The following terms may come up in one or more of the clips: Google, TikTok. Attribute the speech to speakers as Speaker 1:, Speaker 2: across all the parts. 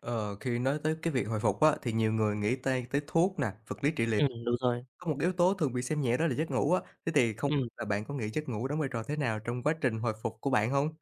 Speaker 1: Ờ, Khi nói tới cái việc hồi phục á, thì nhiều người nghĩ tay tới thuốc nè, vật lý trị liệu.
Speaker 2: Ừm, đúng rồi.
Speaker 1: Có một yếu tố thường bị xem nhẹ đó là giấc ngủ á. Thế thì không
Speaker 2: Ừm,
Speaker 1: biết là bạn có nghĩ giấc ngủ đóng vai trò thế nào trong quá trình hồi phục của bạn không?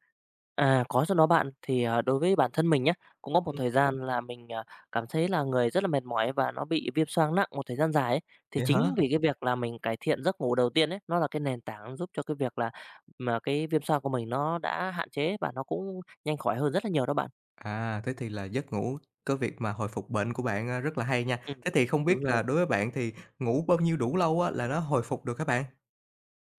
Speaker 2: có chứ đó bạn. Thì đối với bản thân mình nhá, cũng có một
Speaker 1: Ừm,
Speaker 2: thời gian là mình cảm thấy là người rất là mệt mỏi và nó bị viêm xoang nặng một thời gian dài ấy. Thì
Speaker 1: vậy hả?
Speaker 2: chính vì cái việc là mình cải thiện giấc ngủ đầu tiên ấy, nó là cái nền tảng giúp cho cái việc là mà cái viêm xoang của mình nó đã hạn chế và nó cũng nhanh khỏi hơn rất là nhiều đó bạn.
Speaker 1: À, thế thì là giấc ngủ cái việc mà hồi phục bệnh của bạn, rất là hay nha.
Speaker 2: Ừm,
Speaker 1: Thế thì không biết
Speaker 2: đúng rồi.
Speaker 1: là đối với bạn thì ngủ bao nhiêu đủ lâu á là nó hồi phục được các bạn?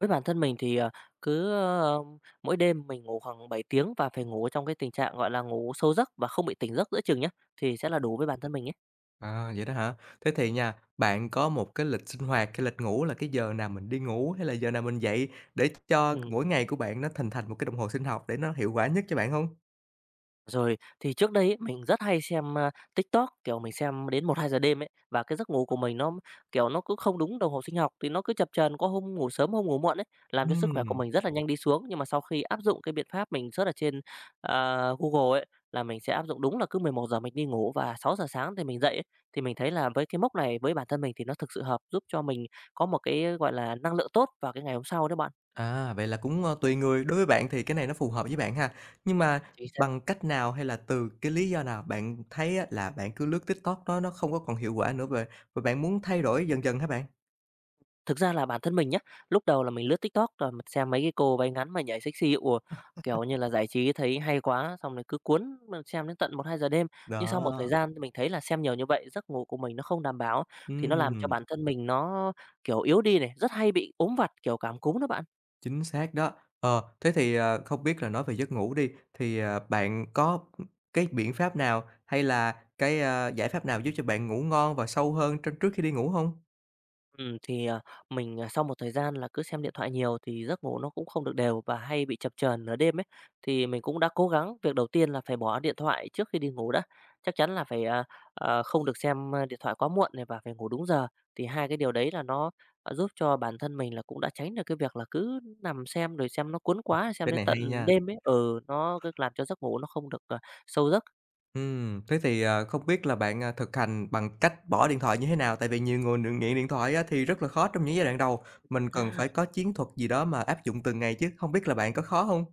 Speaker 2: Với bản thân mình thì, cứ, ơ, mỗi đêm mình ngủ khoảng 7 tiếng và phải ngủ trong cái tình trạng, gọi là, ngủ sâu giấc và không bị tỉnh giấc giữa chừng nhá, thì sẽ là đủ với bản thân mình ấy.
Speaker 1: À, vậy đó hả? Thế thì nha, bạn có một cái lịch sinh hoạt, cái lịch ngủ là cái giờ nào mình đi ngủ hay là giờ nào mình dậy để cho
Speaker 2: Ừm.
Speaker 1: mỗi ngày của bạn nó thành thành một cái đồng hồ sinh học để nó hiệu quả nhất cho bạn không?
Speaker 2: Rồi, thì trước đây ấy, mình rất hay xem TikTok, kiểu, mình xem đến 1 2 giờ đêm ấy, và cái giấc ngủ của mình nó, kiểu, nó cứ không đúng đồng hồ sinh học, thì nó cứ chập chờn, có hôm ngủ sớm, hôm ngủ muộn ấy, làm cho sức khỏe của
Speaker 1: Ừm,
Speaker 2: mình rất là nhanh đi xuống. Nhưng mà sau khi áp dụng cái biện pháp mình search ở trên Google ấy, là mình sẽ áp dụng đúng là cứ 11 giờ mình đi ngủ và 6 giờ sáng thì mình dậy ấy, thì mình thấy là với cái mốc này với bản thân mình thì nó thực sự hợp, giúp cho mình có một cái, gọi là, năng lượng tốt vào cái ngày hôm sau đó
Speaker 1: vậy là cũng, tùy người, đối với bạn thì cái này nó phù hợp với bạn ha. Nhưng mà
Speaker 2: bạn.
Speaker 1: bằng cách nào hay là từ cái lý do nào bạn thấy á là bạn cứ lướt TikTok nó không có còn hiệu quả nữa và bạn muốn thay đổi dần dần hả bạn?
Speaker 2: Thực ra là bản thân mình nhá, lúc đầu là mình lướt TikTok rồi mình xem mấy cái cô váy ngắn mà nhảy sexy, ủa kiểu như là, giải trí thấy hay quá, xong rồi cứ cuốn mà xem đến tận 1 2 giờ đêm. Nhưng sau một thời
Speaker 1: Đó,
Speaker 2: gian thì mình thấy là xem nhiều như vậy, giấc ngủ của mình nó không đảm bảo, thì nó làm
Speaker 1: ừm.
Speaker 2: cho bản thân mình nó, kiểu, yếu đi này, rất hay bị ốm vặt, kiểu, cảm cúm đó bạn.
Speaker 1: Chính xác đó. Thế thì, không biết là nói về giấc ngủ đi, thì bạn có, cái biện pháp nào hay là cái, giải pháp nào giúp cho bạn ngủ ngon và sâu hơn trong trước khi đi ngủ không?
Speaker 2: Thì mình sau một thời gian là cứ xem điện thoại nhiều thì giấc ngủ nó cũng không được đều và hay bị chập chờn nửa đêm ấy, thì mình cũng đã cố gắng việc đầu tiên là phải bỏ điện thoại trước khi đi ngủ đã. Chắc chắn là phải, à, à, không được xem, a, điện thoại quá muộn này và phải ngủ đúng giờ, thì hai cái điều đấy là nó giúp cho bản thân mình là cũng đã tránh được cái việc là cứ nằm xem rồi xem nó cuốn quá, xem
Speaker 1: Cái
Speaker 2: đến
Speaker 1: này hay
Speaker 2: tận
Speaker 1: nha.
Speaker 2: đêm ấy. Ừ, nó cứ làm cho giấc ngủ nó không được sâu giấc.
Speaker 1: Thế thì, không biết là bạn, thực hành bằng cách bỏ điện thoại như thế nào? Tại vì nhiều người nghiện điện thoại á, thì rất là khó trong những giai đoạn đầu, mình cần phải có chiến thuật gì đó mà áp dụng từng ngày chứ, không biết là bạn có khó không?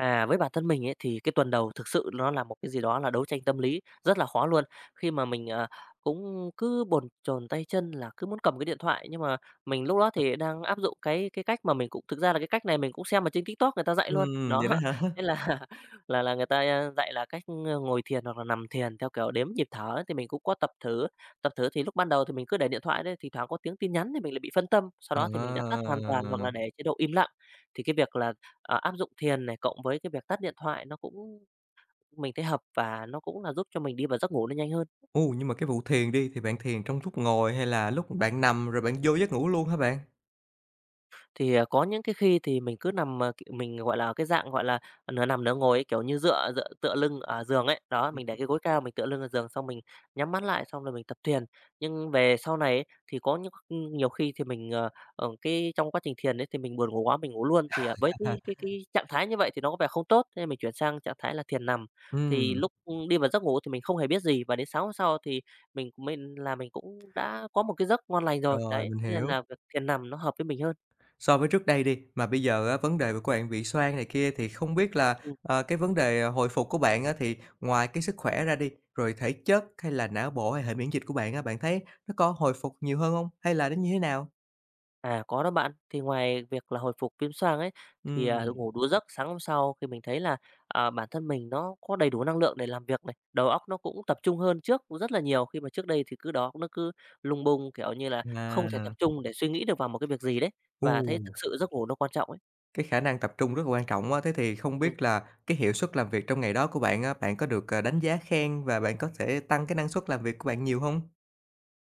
Speaker 2: À, với bản thân mình ấy, thì cái tuần đầu thực sự nó là một cái gì đó là đấu tranh tâm lý rất là khó luôn. Khi mà mình cũng cứ bồn chồn tay chân là cứ muốn cầm cái điện thoại, nhưng mà mình lúc đó thì đang áp dụng cái cách mà mình cũng thực ra là cái cách này mình cũng xem ở trên TikTok người ta dạy luôn. Đó,
Speaker 1: Vậy đó hả?
Speaker 2: nên là là người ta dạy là cách ngồi thiền hoặc là nằm thiền theo kiểu đếm nhịp thở, ấy, thì mình cũng có tập thử. Tập thử thì lúc ban đầu thì mình cứ để điện thoại đấy, thỉnh thoảng có tiếng tin nhắn thì mình lại bị phân tâm, sau đó thì mình đã tắt hoàn toàn hoặc
Speaker 1: À.
Speaker 2: là để chế độ im lặng. Thì cái việc là áp dụng thiền này, cộng với cái việc tắt điện thoại nó cũng mình thấy hợp và nó cũng là giúp cho mình đi vào giấc ngủ nó nhanh hơn.
Speaker 1: Ồ, nhưng mà cái vụ thiền đi, thì bạn thiền trong lúc ngồi hay là lúc bạn nằm rồi bạn vô giấc ngủ luôn hả bạn?
Speaker 2: Thì có những cái khi thì mình cứ nằm, kiểu, mình, gọi là, cái dạng, gọi là, nửa nằm nửa ngồi ấy, kiểu như, dựa dựa tựa lưng ở giường ấy. Đó, mình để
Speaker 1: Ừm.
Speaker 2: cái gối cao, mình tựa lưng vào giường xong mình nhắm mắt lại, xong rồi mình tập thiền. Nhưng về sau này ấy, thì có những nhiều khi thì mình cái trong quá trình thiền ấy thì mình buồn ngủ quá, mình ngủ luôn. Với cái trạng thái như vậy thì nó có vẻ không tốt, thế nên mình chuyển sang trạng thái là thiền nằm. Thì lúc đi vào giấc ngủ thì mình không hề biết gì và đến sáng hôm sau thì mình cũng đã có một cái giấc ngon lành rồi. Đấy,
Speaker 1: Rồi, mình
Speaker 2: thế nên
Speaker 1: hiểu.
Speaker 2: là việc thiền nằm nó hợp với mình hơn.
Speaker 1: So với trước đây đi, mà bây giờ á vấn đề của bạn bị xoang này kia thì không biết là,
Speaker 2: Ừ.
Speaker 1: cái vấn đề hồi phục của bạn á thì ngoài cái sức khỏe ra đi, rồi thể chất hay là não bộ hay hệ miễn dịch của bạn á, bạn thấy nó có hồi phục nhiều hơn không? Hay là nó như thế nào?
Speaker 2: À, có đó bạn. Thì ngoài việc là hồi phục viêm xoang ấy, thì, à,
Speaker 1: Ừm,
Speaker 2: ngủ đủ giấc sáng hôm sau khi mình thấy là bản thân mình nó có đầy đủ năng lượng để làm việc này, đầu óc nó cũng tập trung hơn trước rất là nhiều, khi mà trước đây thì cứ đó nó cứ lung bung, kiểu như là, không thể tập
Speaker 1: à,
Speaker 2: trung để suy nghĩ được vào một cái việc gì đấy, và thấy thực
Speaker 1: ồ.
Speaker 2: sự giấc ngủ nó quan trọng ấy.
Speaker 1: Cái khả năng tập trung rất là quan trọng á, thế thì không
Speaker 2: Ừm.
Speaker 1: biết là cái hiệu suất làm việc trong ngày đó của bạn á, bạn có được, đánh giá khen và bạn có thể tăng cái năng suất làm việc của bạn nhiều không?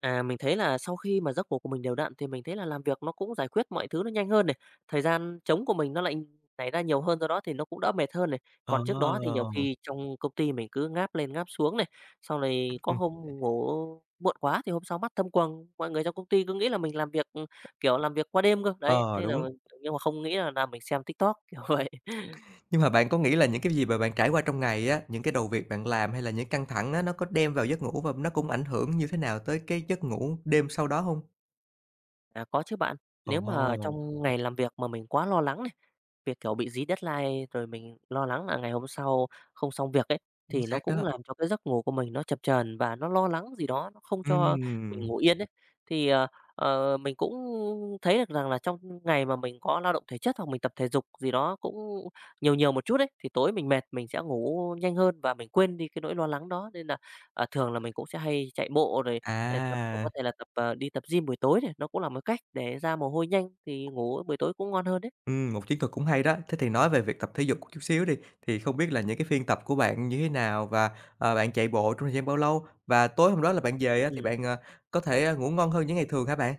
Speaker 2: À, mình thấy là sau khi mà giấc ngủ của mình đều đặn thì mình thấy là làm việc nó cũng giải quyết mọi thứ nó nhanh hơn này, thời gian trống của mình nó lại nảy ra nhiều hơn, do đó thì nó cũng đỡ mệt hơn này.
Speaker 1: Ờ,
Speaker 2: Còn trước đó thì nhiều khi trong công ty mình cứ ngáp lên ngáp xuống này, sau này có
Speaker 1: ừm,
Speaker 2: hôm ngủ muộn quá thì hôm sau mắt thâm quầng, mọi người trong công ty cứ nghĩ là mình làm việc, kiểu, làm việc qua đêm cơ, đấy,
Speaker 1: ờ,
Speaker 2: thế là
Speaker 1: đúng.
Speaker 2: mình- nhưng mà không nghĩ là mình xem TikTok, kiểu vậy.
Speaker 1: Nhưng mà bạn có nghĩ là những cái gì mà bạn trải qua trong ngày á, những cái đầu việc bạn làm hay là những căng thẳng á, nó có đem vào giấc ngủ và nó cũng ảnh hưởng như thế nào tới cái giấc ngủ đêm sau đó không?
Speaker 2: À, có chứ bạn. Nếu mà
Speaker 1: Ồ,
Speaker 2: trong ngày làm việc mà mình quá lo lắng này, việc, kiểu, bị dí deadline rồi mình lo lắng là ngày hôm sau không xong việc ấy,
Speaker 1: chính
Speaker 2: thì nó
Speaker 1: xác
Speaker 2: cũng
Speaker 1: đó.
Speaker 2: làm cho cái giấc ngủ của mình nó chập chờn và nó lo lắng gì đó, nó không cho mình
Speaker 1: Ừm,
Speaker 2: ngủ yên ấy. Thì mình cũng thấy được rằng là trong ngày mà mình có lao động thể chất hoặc mình tập thể dục gì đó cũng nhiều nhiều một chút ấy, thì tối mình mệt mình sẽ ngủ nhanh hơn và mình quên đi cái nỗi lo lắng đó. Nên là thường là mình cũng sẽ hay chạy bộ rồi để tập
Speaker 1: à.
Speaker 2: có thể là tập đi tập gym buổi tối này, nó cũng là một cách để ra mồ hôi nhanh thì ngủ buổi tối cũng ngon hơn đấy.
Speaker 1: Một chiến thuật cũng hay đó. Thế thì nói về việc tập thể dục chút xíu đi, thì không biết là những cái phiên tập của bạn như thế nào và bạn chạy bộ trong thời gian bao lâu? Và tối hôm đó là bạn về á thì
Speaker 2: Ừm.
Speaker 1: bạn, có thể, ngủ ngon hơn những ngày thường hả bạn?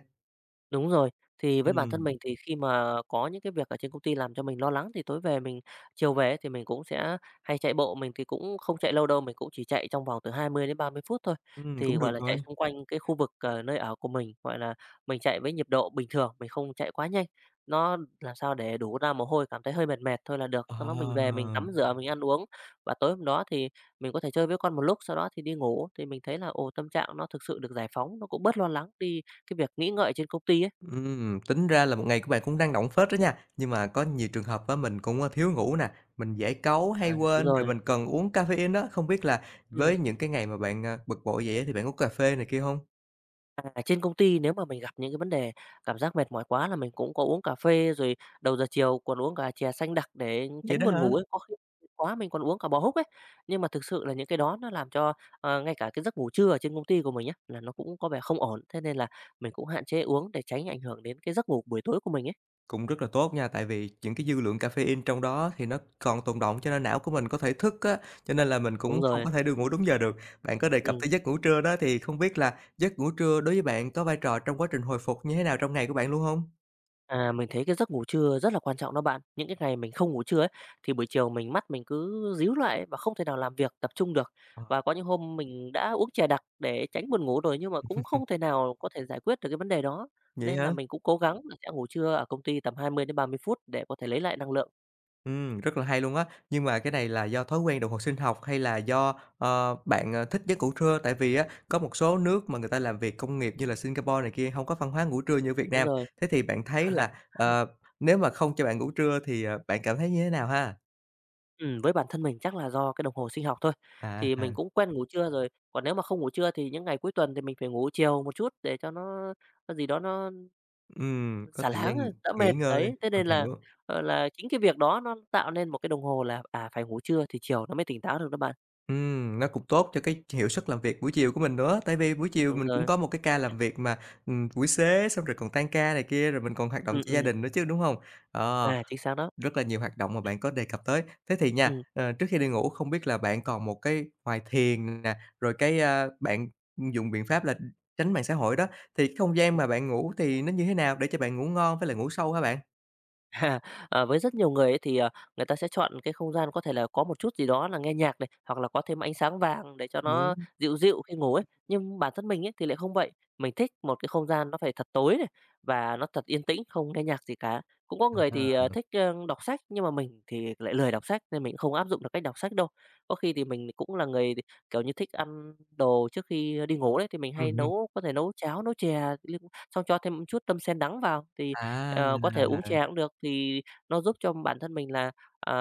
Speaker 2: Đúng rồi. Thì với bản thân
Speaker 1: Ừm,
Speaker 2: mình thì khi mà có những cái việc ở trên công ty làm cho mình lo lắng thì tối về mình chiều về ấy thì mình cũng sẽ hay chạy bộ, mình thì cũng không chạy lâu đâu, mình cũng chỉ chạy trong vòng từ 20 đến 30 phút thôi. Thì,
Speaker 1: cũng được
Speaker 2: gọi là,
Speaker 1: rồi.
Speaker 2: chạy xung quanh cái khu vực, nơi ở của mình, gọi là, mình chạy với nhịp độ bình thường, mình không chạy quá nhanh. Nó làm sao để đủ ra mồ hôi, cảm thấy hơi mệt mệt thôi là được. Sau đó mình về
Speaker 1: À.
Speaker 2: mình tắm rửa, mình ăn uống và tối hôm đó thì mình có thể chơi với con một lúc, sau đó thì đi ngủ. Thì mình thấy là, ồ, tâm trạng nó thực sự được giải phóng, nó cũng bớt lo lắng đi cái việc nghĩ ngợi trên công ty ấy.
Speaker 1: Tính ra là một ngày của bạn cũng năng động phết đó nha. Nhưng mà có nhiều trường hợp á mình cũng, thiếu ngủ nè, mình dễ cáu,
Speaker 2: À,
Speaker 1: hay
Speaker 2: đúng
Speaker 1: quên, rồi
Speaker 2: rồi.
Speaker 1: mình cần uống caffeine đó. Không biết là
Speaker 2: Ừm,
Speaker 1: với những cái ngày mà bạn, bực bội vậy á thì bạn uống cà phê này kia không?
Speaker 2: trên công ty nếu mà mình gặp những cái vấn đề cảm giác mệt mỏi quá là mình cũng có uống cà phê, rồi đầu giờ chiều còn uống cả chè xanh đặc để
Speaker 1: Vậy
Speaker 2: tránh
Speaker 1: đó
Speaker 2: buồn
Speaker 1: hả?
Speaker 2: ngủ ấy, có khi quá mình còn uống cả bò húc ấy. Nhưng mà thực sự là những cái đó nó làm cho, ờ, ngay cả cái giấc ngủ trưa ở trên công ty của mình á, là nó cũng có vẻ không ổn, thế nên là mình cũng hạn chế uống để tránh ảnh hưởng đến cái giấc ngủ buổi tối của mình ấy.
Speaker 1: Cũng rất là tốt nha, tại vì những cái dư lượng caffeine trong đó thì nó còn tồn đọng cho nên não của mình có thể thức á, cho nên là mình
Speaker 2: Đúng
Speaker 1: cũng không
Speaker 2: rồi,
Speaker 1: có thể được ngủ đúng giờ được. Bạn có đề cập
Speaker 2: ừm.
Speaker 1: tới giấc ngủ trưa đó thì không biết là giấc ngủ trưa đối với bạn có vai trò trong quá trình hồi phục như thế nào trong ngày của bạn luôn không?
Speaker 2: À, mình thấy cái giấc ngủ trưa rất là quan trọng đó bạn. Những cái ngày mình không ngủ trưa ấy, thì buổi chiều mình mắt mình cứ ríu lại ấy và không thể nào làm việc tập trung được.
Speaker 1: Ờ,
Speaker 2: Và có những hôm mình đã uống trà đặc để tránh buồn ngủ rồi nhưng mà cũng không thể nào có thể giải quyết được cái vấn đề đó.
Speaker 1: vậy
Speaker 2: Nên là
Speaker 1: hả?
Speaker 2: mình cũng cố gắng là sẽ ngủ trưa ở công ty tầm 20 đến 30 phút để có thể lấy lại năng lượng.
Speaker 1: Rất là hay luôn á. Nhưng mà cái này là do thói quen đồng hồ sinh học hay là do, bạn, thích giấc ngủ trưa? Tại vì á, có một số nước mà người ta làm việc công nghiệp như là Singapore này kia không có văn hóa ngủ trưa như Việt
Speaker 2: Đúng
Speaker 1: Nam.
Speaker 2: rồi.
Speaker 1: Thế thì bạn thấy là, nếu mà không cho bạn ngủ trưa thì, bạn cảm thấy như thế nào ha?
Speaker 2: Với bản thân mình chắc là do cái đồng hồ sinh học thôi.
Speaker 1: À,
Speaker 2: Thì
Speaker 1: à,
Speaker 2: mình cũng quen ngủ trưa rồi. Còn nếu mà không ngủ trưa thì những ngày cuối tuần thì mình phải ngủ chiều một chút để cho nó gì đó nó
Speaker 1: có
Speaker 2: xả
Speaker 1: thời
Speaker 2: láng
Speaker 1: gian
Speaker 2: thôi, đỡ
Speaker 1: nghỉ
Speaker 2: mệt,
Speaker 1: ngơi,
Speaker 2: đấy. Thế
Speaker 1: mình
Speaker 2: nên là,
Speaker 1: hiểu.
Speaker 2: là chính cái việc đó nó tạo nên một cái đồng hồ là, phải ngủ trưa thì chiều nó mới tỉnh táo được đó bạn.
Speaker 1: Nó cũng tốt cho cái hiệu suất làm việc buổi chiều của mình nữa. Tại vì buổi chiều
Speaker 2: Đúng
Speaker 1: mình cũng
Speaker 2: rồi.
Speaker 1: có một cái ca làm việc mà, buổi xế xong rồi còn tan ca này kia, rồi mình còn hoạt động
Speaker 2: Ừm,
Speaker 1: cho gia
Speaker 2: ừm.
Speaker 1: đình nữa chứ, đúng không? Ờ.
Speaker 2: À, chính xác đó.
Speaker 1: Rất là nhiều hoạt động mà bạn có đề cập tới. Thế thì nha,
Speaker 2: Ừ.
Speaker 1: trước khi đi ngủ không biết là bạn còn một cái ngoài thiền nè, rồi cái, bạn dùng biện pháp là tránh mạng xã hội đó, thì cái không gian mà bạn ngủ thì nó như thế nào để cho bạn ngủ ngon với lại ngủ sâu hả bạn?
Speaker 2: À, với rất nhiều người ấy thì, người ta sẽ chọn cái không gian có thể là có một chút gì đó là nghe nhạc này, hoặc là có thêm ánh sáng vàng để cho nó
Speaker 1: Đúng,
Speaker 2: dịu dịu khi ngủ ấy. Nhưng bản thân mình ấy thì lại không vậy, mình thích một cái không gian nó phải thật tối này và nó thật yên tĩnh, không nghe nhạc gì cả. Cũng có người thì,
Speaker 1: à,
Speaker 2: thích, đọc sách, nhưng mà mình thì lại lười đọc sách nên mình không áp dụng được cách đọc sách đâu. Có khi thì mình cũng là người, kiểu như, thích ăn đồ trước khi đi ngủ đấy, thì mình hay
Speaker 1: hưm.
Speaker 2: nấu có thể nấu cháo, nấu chè, xong cho thêm chút tâm sen đắng vào thì
Speaker 1: À,
Speaker 2: ờ, có thể uống chè cũng được, thì nó giúp cho bản thân mình là, à,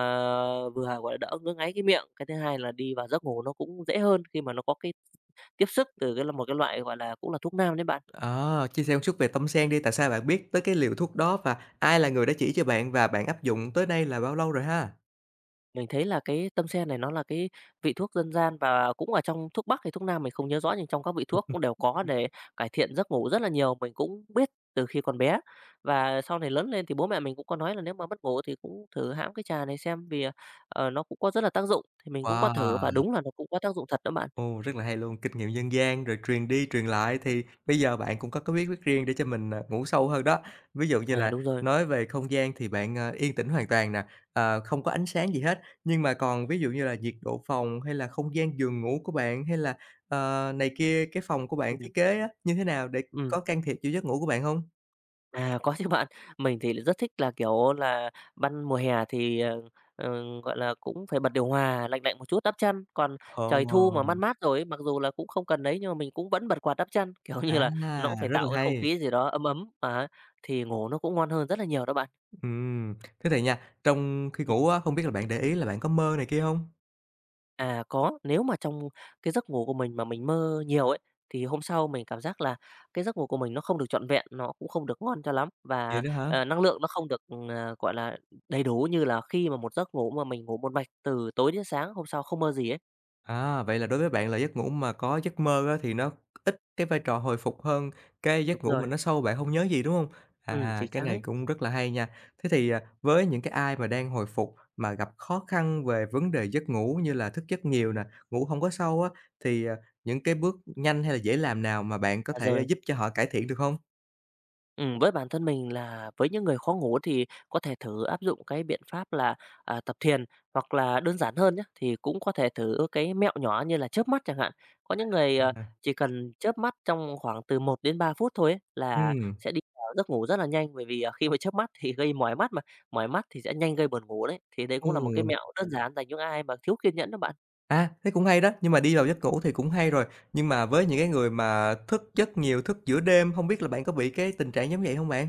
Speaker 2: vừa, gọi là, đỡ ngứa ngáy cái miệng, cái thứ hai là đi vào giấc ngủ nó cũng dễ hơn khi mà nó có cái tiếp sức từ cái là một cái loại, gọi là, cũng là thuốc nam đấy bạn.
Speaker 1: ờ, chia sẻ một chút về tâm sen đi, tại sao bạn biết tới
Speaker 2: Ừ.
Speaker 1: cái liều thuốc đó và ai là người đã chỉ cho bạn và bạn áp dụng tới nay là bao lâu rồi ha?
Speaker 2: Mình thấy là cái tâm sen này nó là cái vị thuốc dân gian và cũng ở trong thuốc Bắc hay thuốc Nam mình không nhớ rõ, nhưng trong các vị thuốc cũng đều có để cải thiện giấc ngủ rất là nhiều, mình cũng biết từ khi còn bé. Và sau này lớn lên thì bố mẹ mình cũng có nói là nếu mà mất ngủ thì cũng thử hãm cái trà này xem vì, nó cũng có rất là tác dụng, thì mình cũng có thử và
Speaker 1: Wow!
Speaker 2: đúng là nó cũng có tác dụng thật đó bạn.
Speaker 1: Ồ, rất là hay luôn, kinh nghiệm dân gian rồi truyền đi truyền lại thì bây giờ bạn cũng có cái bí quyết riêng để cho mình, ngủ sâu hơn đó. Ví dụ như
Speaker 2: À,
Speaker 1: là
Speaker 2: đúng rồi,
Speaker 1: nói về không gian thì bạn, yên tĩnh hoàn toàn nè, không có ánh sáng gì hết, nhưng mà còn ví dụ như là nhiệt độ phòng hay là không gian giường ngủ của bạn hay là, này kia, cái phòng của bạn
Speaker 2: ừm,
Speaker 1: thiết kế á, như thế nào để
Speaker 2: ừm.
Speaker 1: có can thiệp vô giấc ngủ của bạn không?
Speaker 2: À, có chứ bạn. Mình thì lại rất thích là, kiểu là, ban mùa hè thì, ờ, gọi là, cũng phải bật điều hòa lạnh lạnh một chút đắp chăn, còn trời thu mà mát
Speaker 1: Ồ,
Speaker 2: mát rồi ấy, mặc dù là cũng không cần đấy nhưng mà mình cũng vẫn bật quạt đắp chăn, kiểu như là, nó
Speaker 1: à,
Speaker 2: cũng phải
Speaker 1: rất là
Speaker 2: tạo cái không
Speaker 1: hay.
Speaker 2: khí gì đó ấm ấm, thì ngủ nó cũng ngon hơn rất là nhiều đó bạn.
Speaker 1: Ừm, thế thì nha, trong khi ngủ á, không biết là bạn để ý là bạn có mơ này kia không?
Speaker 2: À, có, nếu mà trong cái giấc ngủ của mình mà mình mơ nhiều ấy, thì hôm sau mình cảm giác là cái giấc ngủ của mình nó không được trọn vẹn, nó cũng không được ngon cho lắm
Speaker 1: Vậy
Speaker 2: và,
Speaker 1: đó hả?
Speaker 2: năng lượng nó không được, gọi là, đầy đủ như là khi mà một giấc ngủ mà mình ngủ một mạch từ tối đến sáng, hôm sau không mơ gì ấy.
Speaker 1: À, vậy là đối với bạn là giấc ngủ mà có giấc mơ á, thì nó ít cái vai trò hồi phục hơn cái
Speaker 2: Đúng
Speaker 1: giấc ngủ mà
Speaker 2: rồi,
Speaker 1: nó sâu bạn không nhớ gì, đúng không?
Speaker 2: ừ,
Speaker 1: À,
Speaker 2: chính
Speaker 1: cái
Speaker 2: xác
Speaker 1: này
Speaker 2: đấy,
Speaker 1: cũng rất là hay nha. Thế thì, với những cái ai mà đang hồi phục mà gặp khó khăn về vấn đề giấc ngủ như là thức giấc nhiều
Speaker 2: ừ,
Speaker 1: nè, ngủ không có sâu á, thì, những cái bước nhanh hay là dễ làm nào mà bạn có thể
Speaker 2: rồi.
Speaker 1: giúp cho họ cải thiện được không?
Speaker 2: Với bản thân mình là với những người khó ngủ thì có thể thử áp dụng cái biện pháp là, tập thiền, hoặc là đơn giản hơn nhé thì cũng có thể thử cái mẹo nhỏ như là chớp mắt chẳng hạn. Có những người,
Speaker 1: À,
Speaker 2: chỉ cần chớp mắt trong khoảng từ một đến 3 phút thôi ấy, là
Speaker 1: ừm,
Speaker 2: sẽ đi vào giấc ngủ rất là nhanh, bởi vì, khi mà chớp mắt thì gây mỏi mắt mà, mỏi mắt thì sẽ nhanh gây buồn ngủ đấy. Thì đấy cũng là một cái
Speaker 1: ừm.
Speaker 2: mẹo đơn giản dành những ai mà thiếu kiên nhẫn đó bạn.
Speaker 1: À, thế cũng hay đó, nhưng mà đi vào giấc ngủ thì cũng hay rồi. Nhưng mà với những cái người mà thức giấc nhiều, thức giữa đêm, không biết là bạn có bị cái tình trạng giống vậy hông bạn?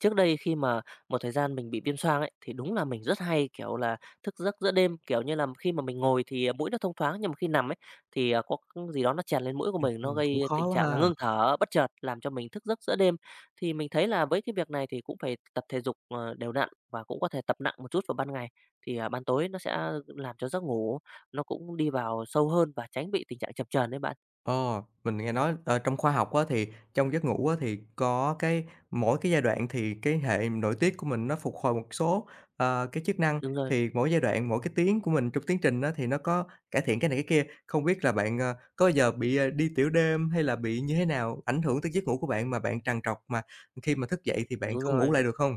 Speaker 2: Trước đây khi mà một thời gian mình bị viêm xoang ấy, thì đúng là mình rất hay, kiểu là, thức giấc giữa đêm, kiểu như là, khi mà mình ngồi thì, mũi nó thông thoáng, nhưng mà khi nằm ấy, thì, có cái gì đó nó chèn lên mũi của mình, nó
Speaker 1: Cũng
Speaker 2: gây
Speaker 1: khó
Speaker 2: tình
Speaker 1: quá
Speaker 2: trạng là
Speaker 1: ha.
Speaker 2: ngưng thở bất chợt, làm cho mình thức giấc giữa đêm. Thì mình thấy là với cái việc này thì cũng phải tập thể dục, đều đặn và cũng có thể tập nặng một chút vào ban ngày, thì, ban tối nó sẽ làm cho giấc ngủ nó cũng đi vào sâu hơn và tránh bị tình trạng chập chờn đấy bạn.
Speaker 1: Ờ, mình nghe nói, trong khoa học á, thì trong giấc ngủ á, thì có cái mỗi cái giai đoạn thì cái hệ nội tiết của mình nó phục hồi một số, cái chức năng,
Speaker 2: Đúng rồi,
Speaker 1: thì mỗi giai đoạn, mỗi cái tiếng của mình trong tiến trình á, thì nó có cải thiện cái này cái kia. Không biết là bạn, có giờ bị, đi tiểu đêm hay là bị như thế nào, ảnh hưởng tới giấc ngủ của bạn mà bạn trằn trọc mà khi mà thức dậy thì bạn
Speaker 2: đúng
Speaker 1: không ngủ
Speaker 2: rồi.
Speaker 1: lại được không?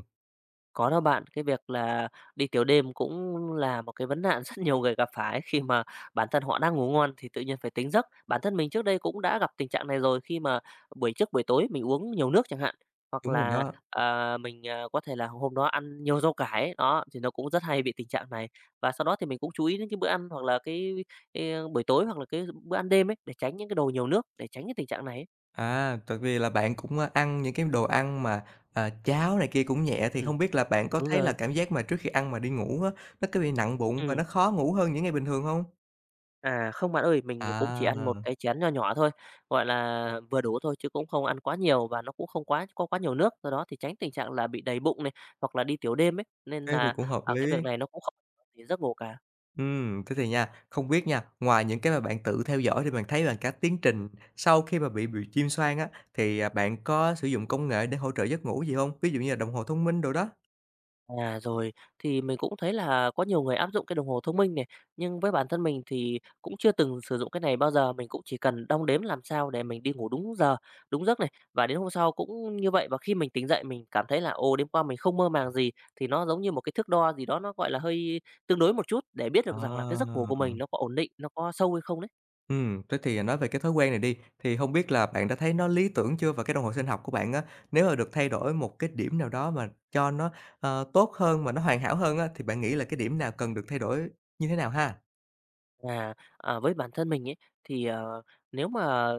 Speaker 2: Có đó bạn, cái việc là đi tiểu đêm cũng là một cái vấn nạn rất nhiều người gặp phải khi mà bản thân họ đang ngủ ngon thì tự nhiên phải tỉnh giấc. Bản thân mình trước đây cũng đã gặp tình trạng này rồi khi mà buổi trước buổi tối mình uống nhiều nước chẳng hạn, hoặc
Speaker 1: Đúng rồi
Speaker 2: là,
Speaker 1: đó.
Speaker 2: mình có thể là hôm đó ăn nhiều rau cải ấy, đó, thì nó cũng rất hay bị tình trạng này. Và sau đó thì mình cũng chú ý đến cái bữa ăn hoặc là cái, buổi tối hoặc là cái bữa ăn đêm ấy, để tránh những cái đồ nhiều nước, để tránh cái tình trạng này ấy.
Speaker 1: À, tại vì là bạn cũng, ăn những cái đồ ăn mà, cháo này kia cũng nhẹ thì
Speaker 2: Ừm,
Speaker 1: không biết là bạn có
Speaker 2: đúng
Speaker 1: thấy là
Speaker 2: rồi,
Speaker 1: cảm giác mà trước khi ăn mà đi ngủ á, nó có bị nặng bụng và
Speaker 2: ừm.
Speaker 1: nó khó ngủ hơn những ngày bình thường không?
Speaker 2: À, không bạn ơi, mình cũng
Speaker 1: À,
Speaker 2: chỉ ăn một cái chén nho nhỏ thôi, gọi là, vừa đủ thôi chứ cũng không ăn quá nhiều và nó cũng không quá nhiều nước, do đó thì tránh tình trạng là bị đầy bụng này, hoặc là đi tiểu đêm ấy, nên
Speaker 1: thế thì
Speaker 2: là,
Speaker 1: cũng hợp
Speaker 2: cái
Speaker 1: lý.
Speaker 2: việc này nó cũng không ảnh hưởng đến giấc ngủ cả.
Speaker 1: Thế thì nha, không biết nha, ngoài những cái mà bạn tự theo dõi thì bạn thấy là cả tiến trình sau khi mà bị chim xoan á, thì, bạn có sử dụng công nghệ để hỗ trợ giấc ngủ gì không? Ví dụ như là đồng hồ thông minh đồ đó.
Speaker 2: À, rồi, thì mình cũng thấy là có nhiều người áp dụng cái đồng hồ thông minh này, nhưng với bản thân mình thì cũng chưa từng sử dụng cái này bao giờ, mình cũng chỉ cần đong đếm làm sao để mình đi ngủ đúng giờ, đúng giấc này, và đến hôm sau cũng như vậy. Và khi mình tỉnh dậy mình cảm thấy là, ồ, đêm qua mình không mơ màng gì, thì nó giống như một cái thước đo gì đó nó, gọi là, hơi tương đối một chút để biết được rằng là cái
Speaker 1: À.
Speaker 2: giấc ngủ của mình nó có ổn định, nó có sâu hay không đấy.
Speaker 1: Thế thì nói về cái thói quen này đi, thì hông biết là bạn đã thấy nó lý tưởng chưa? Và cái đồng hồ sinh học của bạn á, nếu mà được thay đổi một cái điểm nào đó mà cho nó, tốt hơn, mà nó hoàn hảo hơn á, thì bạn nghĩ là cái điểm nào cần được thay đổi như thế nào ha?
Speaker 2: Với bản thân mình ấy, thì, nếu mà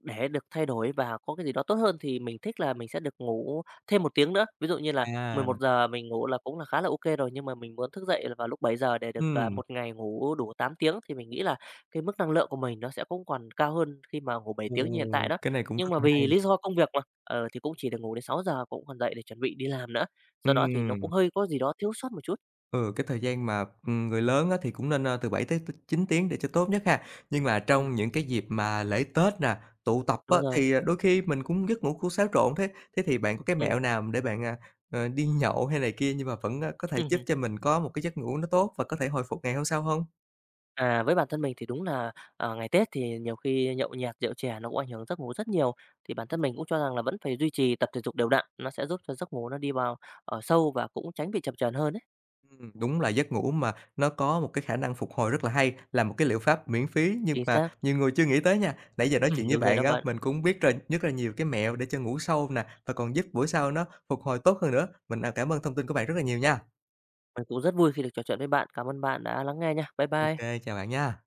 Speaker 2: để được thay đổi và có cái gì đó tốt hơn thì mình thích là mình sẽ được ngủ thêm một tiếng nữa. Ví dụ như là mười
Speaker 1: À.
Speaker 2: một giờ mình ngủ là cũng là khá là ok rồi, nhưng mà mình muốn thức dậy là vào lúc bảy giờ để được,
Speaker 1: Ừm.
Speaker 2: một ngày ngủ đủ 8 tiếng thì mình nghĩ là cái mức năng lượng của mình nó sẽ cũng còn cao hơn khi mà ngủ bảy
Speaker 1: Ồ,
Speaker 2: tiếng như hiện tại đó.
Speaker 1: cái này cũng rất
Speaker 2: Nhưng mà
Speaker 1: là hay.
Speaker 2: vì lý do công việc mà, thì cũng chỉ được ngủ đến sáu giờ cũng còn dậy để chuẩn bị đi làm nữa, do đó thì nó
Speaker 1: Ừm.
Speaker 2: cũng hơi có gì đó thiếu sót một chút.
Speaker 1: Ừ, cái thời gian mà, người lớn á thì cũng nên, từ 7 tới 9 tiếng để cho tốt nhất ha. Nhưng mà
Speaker 2: Ừm,
Speaker 1: trong những cái dịp mà lễ Tết nè, tụ tập á,
Speaker 2: đúng rồi,
Speaker 1: thì, đôi khi mình cũng giấc ngủ cũng xáo trộn thế. Thế thì bạn có cái mẹo
Speaker 2: ừm.
Speaker 1: nào để bạn, đi nhậu hay này kia nhưng mà vẫn, có thể giúp cho mình có một cái giấc ngủ nó tốt và có thể hồi phục ngày hôm sau không?
Speaker 2: À, với bản thân mình thì đúng là, ngày Tết thì nhiều khi nhậu nhẹt, rượu chè nó cũng ảnh hưởng giấc ngủ rất nhiều, thì bản thân mình cũng cho rằng là vẫn phải duy trì tập thể dục đều đặn, nó sẽ giúp cho giấc ngủ nó đi vào, sâu và cũng tránh bị chập chờn hơn đấy.
Speaker 1: Đúng là giấc ngủ mà nó có một cái khả năng phục hồi rất là hay, là một cái liệu pháp miễn phí nhưng
Speaker 2: Chính
Speaker 1: mà
Speaker 2: xác.
Speaker 1: nhiều người chưa nghĩ tới nha. Nãy giờ nói chuyện với
Speaker 2: Đúng rồi
Speaker 1: bạn
Speaker 2: đó
Speaker 1: á,
Speaker 2: bạn.
Speaker 1: mình cũng biết rồi rất là nhiều cái mẹo để cho ngủ sâu nè, và còn giúp buổi sau nó phục hồi tốt hơn nữa. Mình, cảm ơn thông tin của bạn rất là nhiều nha.
Speaker 2: Mình cũng rất vui khi được trò chuyện với bạn. Cảm ơn bạn đã lắng nghe nha. Bye
Speaker 1: Ok,
Speaker 2: bye.
Speaker 1: chào bạn nha.